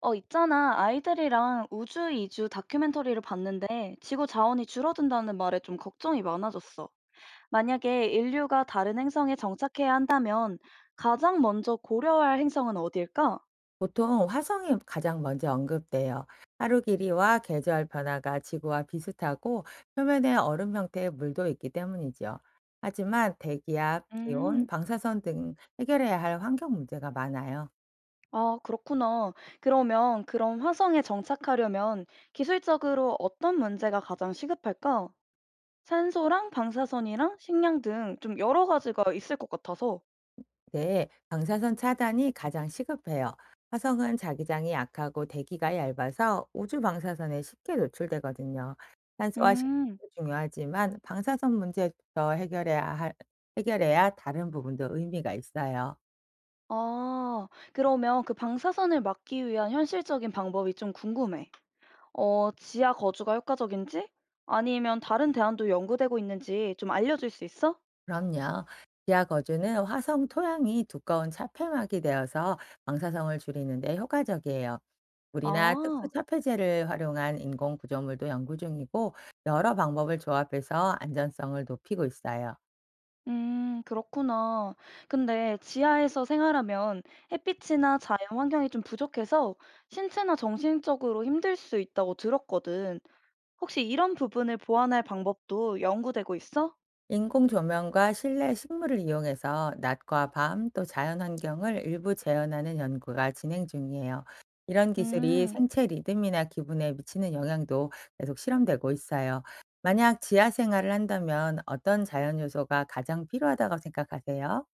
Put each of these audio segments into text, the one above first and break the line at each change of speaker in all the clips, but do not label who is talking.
있잖아. 아이들이랑 우주 이주 다큐멘터리를 봤는데 지구 자원이 줄어든다는 말에 좀 걱정이 많아졌어. 만약에 인류가 다른 행성에 정착해야 한다면 가장 먼저 고려할 행성은 어디일까?
보통 화성이 가장 먼저 언급돼요. 하루 길이와 계절 변화가 지구와 비슷하고 표면에 얼음 형태의 물도 있기 때문이죠. 하지만 대기압, 기온,
음,
방사선 등 해결해야 할 환경 문제가 많아요.
아, 그렇구나. 그러면 그런 화성에 정착하려면 기술적으로 어떤 문제가 가장 시급할까? 산소랑 방사선이랑 식량 등 좀 여러 가지가 있을 것 같아서.
네, 방사선 차단이 가장 시급해요. 화성은 자기장이 약하고 대기가 얇아서 우주 방사선에 쉽게 노출되거든요. 산소와
음.
식량도 중요하지만 방사선 문제부터 해결해야 할, 해결해야 다른 부분도 의미가 있어요.
아. 그러면 그 방사선을 막기 위한 현실적인 방법이 좀 궁금해. 지하 거주가 효과적인지 아니면 다른 대안도 연구되고 있는지 좀 알려줄 수 있어?
그럼요. 지하 거주는 화성 토양이 두꺼운 차폐막이 되어서 방사성을 줄이는데 효과적이에요. 물이나 특수
아.
차폐제를 활용한 인공 구조물도 연구 중이고 여러 방법을 조합해서 안전성을 높이고 있어요.
그렇구나. 근데 지하에서 생활하면 햇빛이나 자연 환경이 좀 부족해서 신체나 정신적으로 힘들 수 있다고 들었거든. 혹시 이런 부분을 보완할 방법도 연구되고 있어?
인공 조명과 실내 식물을 이용해서 낮과 밤 또 자연 환경을 일부 재현하는 연구가 진행 중이에요. 이런 기술이
음.
생체 리듬이나 기분에 미치는 영향도 계속 실험되고 있어요. 만약 지하 생활을 한다면 어떤 자연 요소가 가장 필요하다고 생각하세요?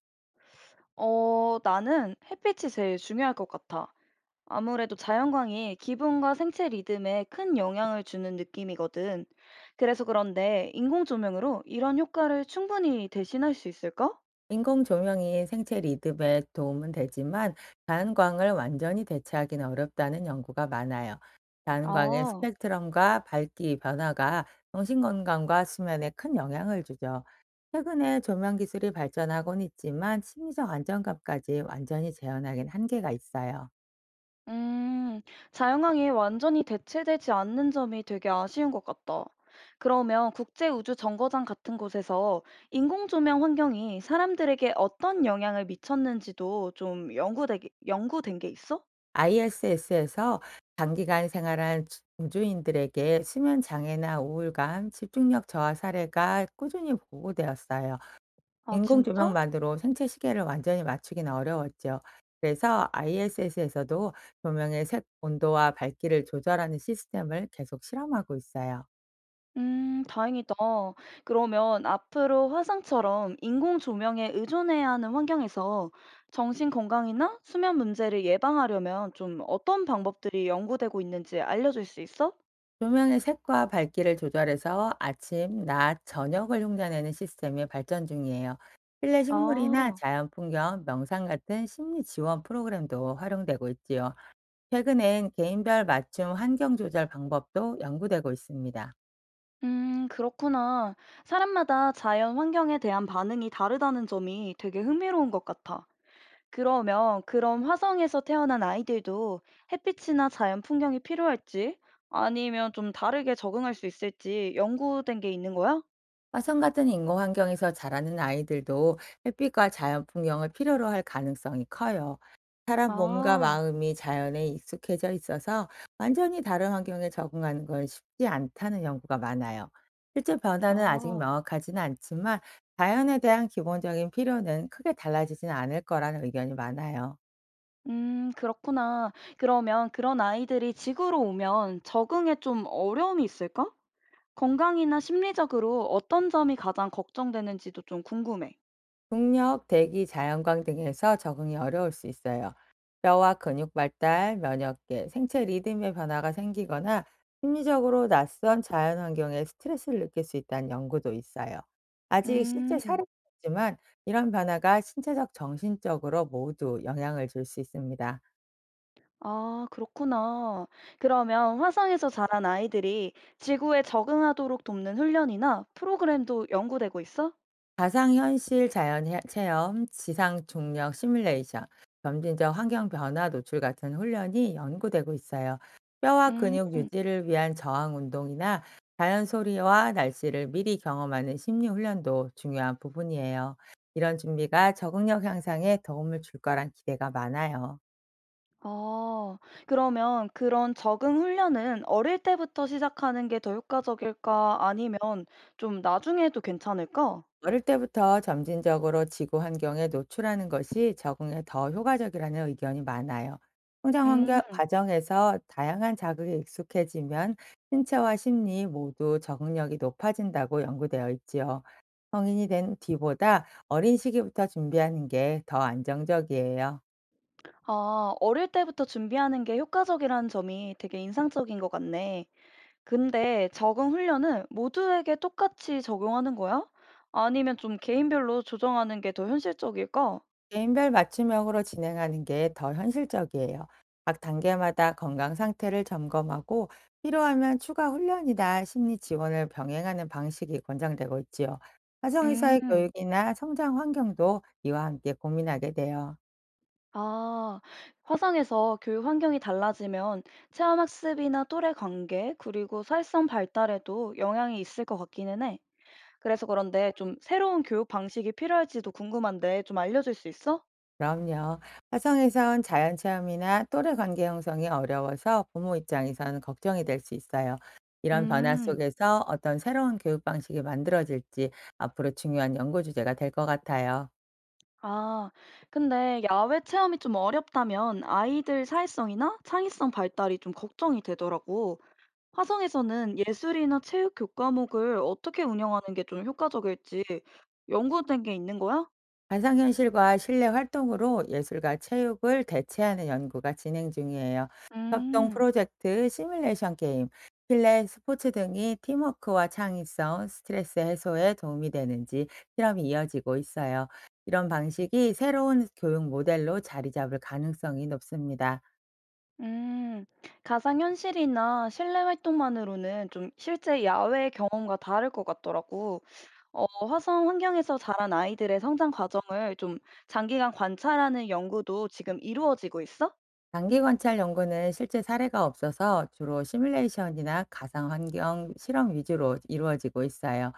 나는 햇빛이 제일 중요할 것 같아. 아무래도 자연광이 기분과 생체 리듬에 큰 영향을 주는 느낌이거든. 그래서 그런데 인공 조명으로 이런 효과를 충분히 대신할 수 있을까?
인공 조명이 생체 리듬에 도움은 되지만 자연광을 완전히 대체하기는 어렵다는 연구가 많아요. 자연광의
아,
스펙트럼과 밝기 변화가 정신 건강과 수면에 큰 영향을 주죠. 최근에 조명 기술이 발전하곤 있지만 심리적 안정감까지 완전히 재현하기는 한계가 있어요.
음, 자연광이 완전히 대체되지 않는 점이 되게 아쉬운 것 같다. 그러면 국제우주정거장 같은 곳에서 인공 조명 환경이 사람들에게 어떤 영향을 미쳤는지도 좀 연구된 게 있어?
ISS에서 장기간 생활한 우주인들에게 수면 장애나 우울감, 집중력 저하 사례가 꾸준히 보고되었어요.
아,
인공
진짜?
조명만으로 생체 시계를 완전히 맞추기는 어려웠죠. 그래서 ISS에서도 조명의 색, 온도와 밝기를 조절하는 시스템을 계속 실험하고 있어요.
다행이다. 그러면 앞으로 화상처럼 인공 조명에 의존해야 하는 환경에서 정신 건강이나 수면 문제를 예방하려면 좀 어떤 방법들이 연구되고 있는지 알려줄 수 있어?
조명의 색과 밝기를 조절해서 아침, 낮, 저녁을 흉내내는 시스템이 발전 중이에요. 실내 식물이나
아,
자연 풍경, 명상 같은 심리 지원 프로그램도 활용되고 있지요. 최근엔 개인별 맞춤 환경 조절 방법도 연구되고 있습니다.
그렇구나. 사람마다 자연 환경에 대한 반응이 다르다는 점이 되게 흥미로운 것 같아. 그러면 그런 화성에서 태어난 아이들도 햇빛이나 자연 풍경이 필요할지 아니면 좀 다르게 적응할 수 있을지 연구된 게 있는 거야?
화성 같은 인공 환경에서 자라는 아이들도 햇빛과 자연 풍경을 필요로 할 가능성이 커요. 사람 몸과
아.
마음이 자연에 익숙해져 있어서 완전히 다른 환경에 적응하는 건 쉽지 않다는 연구가 많아요. 실제 변화는 아직
아.
명확하지는 않지만 자연에 대한 기본적인 필요는 크게 달라지진 않을 거라는 의견이 많아요.
그렇구나. 그러면 그런 아이들이 지구로 오면 적응에 좀 어려움이 있을까? 건강이나 심리적으로 어떤 점이 가장 걱정되는지도 좀 궁금해.
중력, 대기, 자연광 등에서 적응이 어려울 수 있어요. 뼈와 근육 발달, 면역계, 생체 리듬의 변화가 생기거나 심리적으로 낯선 자연 환경에 스트레스를 느낄 수 있다는 연구도 있어요. 아직 실제
음.
사례는 없지만 이런 변화가 신체적, 정신적으로 모두 영향을 줄 수 있습니다.
아 그렇구나. 그러면 화성에서 자란 아이들이 지구에 적응하도록 돕는 훈련이나 프로그램도 연구되고 있어?
가상현실 자연 체험, 지상 중력 시뮬레이션, 점진적 환경 변화 노출 같은 훈련이 연구되고 있어요. 뼈와
음.
근육 유지를 위한 저항 운동이나 자연 소리와 날씨를 미리 경험하는 심리 훈련도 중요한 부분이에요. 이런 준비가 적응력 향상에 도움을 줄 거란 기대가 많아요.
아, 그러면 그런 적응 훈련은 어릴 때부터 시작하는 게 더 효과적일까? 아니면 좀 나중에도 괜찮을까?
어릴 때부터 점진적으로 지구 환경에 노출하는 것이 적응에 더 효과적이라는 의견이 많아요. 성장 환경
음,
과정에서 다양한 자극에 익숙해지면 신체와 심리 모두 적응력이 높아진다고 연구되어 있지요. 성인이 된 뒤보다 어린 시기부터 준비하는 게 더 안정적이에요.
아, 어릴 때부터 준비하는 게 효과적이라는 점이 되게 인상적인 것 같네. 근데 적응 훈련은 모두에게 똑같이 적용하는 거야? 아니면 좀 개인별로 조정하는 게 더 현실적일까?
개인별 맞춤형으로 진행하는 게 더 현실적이에요. 각 단계마다 건강 상태를 점검하고 필요하면 추가 훈련이나 심리 지원을 병행하는 방식이 권장되고 있지요. 화성의사의
음.
교육이나 성장 환경도 이와 함께 고민하게 돼요.
아, 화상에서 교육 환경이 달라지면 체험 학습이나 또래 관계, 그리고 사회성 발달에도 영향이 있을 것 같기는 해. 그래서 그런데 좀 새로운 교육 방식이 필요할지도 궁금한데 좀 알려줄 수 있어?
그럼요. 화성에선 자연 체험이나 또래 관계 형성이 어려워서 부모 입장에서는 걱정이 될 수 있어요. 이런 변화
음,
속에서 어떤 새로운 교육 방식이 만들어질지 앞으로 중요한 연구 주제가 될 것 같아요.
아, 근데 야외 체험이 좀 어렵다면 아이들 사회성이나 창의성 발달이 좀 걱정이 되더라고. 화성에서는 예술이나 체육 교과목을 어떻게 운영하는 게 좀 효과적일지 연구된 게 있는 거야?
가상현실과 실내 활동으로 예술과 체육을 대체하는 연구가 진행 중이에요. 협동
음.
프로젝트, 시뮬레이션 게임, 실내 스포츠 등이 팀워크와 창의성, 스트레스 해소에 도움이 되는지 실험이 이어지고 있어요. 이런 방식이 새로운 교육 모델로 자리 잡을 가능성이 높습니다.
음, 가상현실이나 실내 활동만으로는 좀 실제 야외 경험과 다를 것 같더라고. 화성 환경에서 자란 아이들의 성장 과정을 좀 장기간 관찰하는 연구도 지금 이루어지고 있어?
장기 관찰 연구는 실제 사례가 없어서 주로 시뮬레이션이나 가상 환경 실험 위주로 이루어지고 있어요.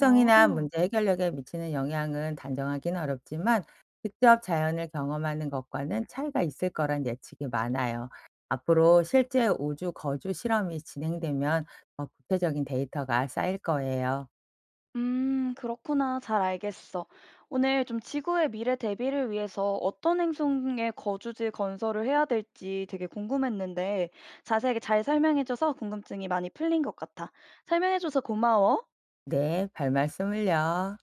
어,
문제 해결력에 미치는 영향은 단정하기는 어렵지만 직접 자연을 경험하는 것과는 차이가 있을 거란 예측이 많아요. 앞으로 실제 우주 거주 실험이 진행되면 더 구체적인 데이터가 쌓일 거예요.
그렇구나. 잘 알겠어. 오늘 좀 지구의 미래 대비를 위해서 어떤 행성에 거주지 건설을 해야 될지 되게 궁금했는데 자세하게 잘 설명해줘서 궁금증이 많이 풀린 것 같아. 설명해줘서 고마워.
네, 별 말씀을요.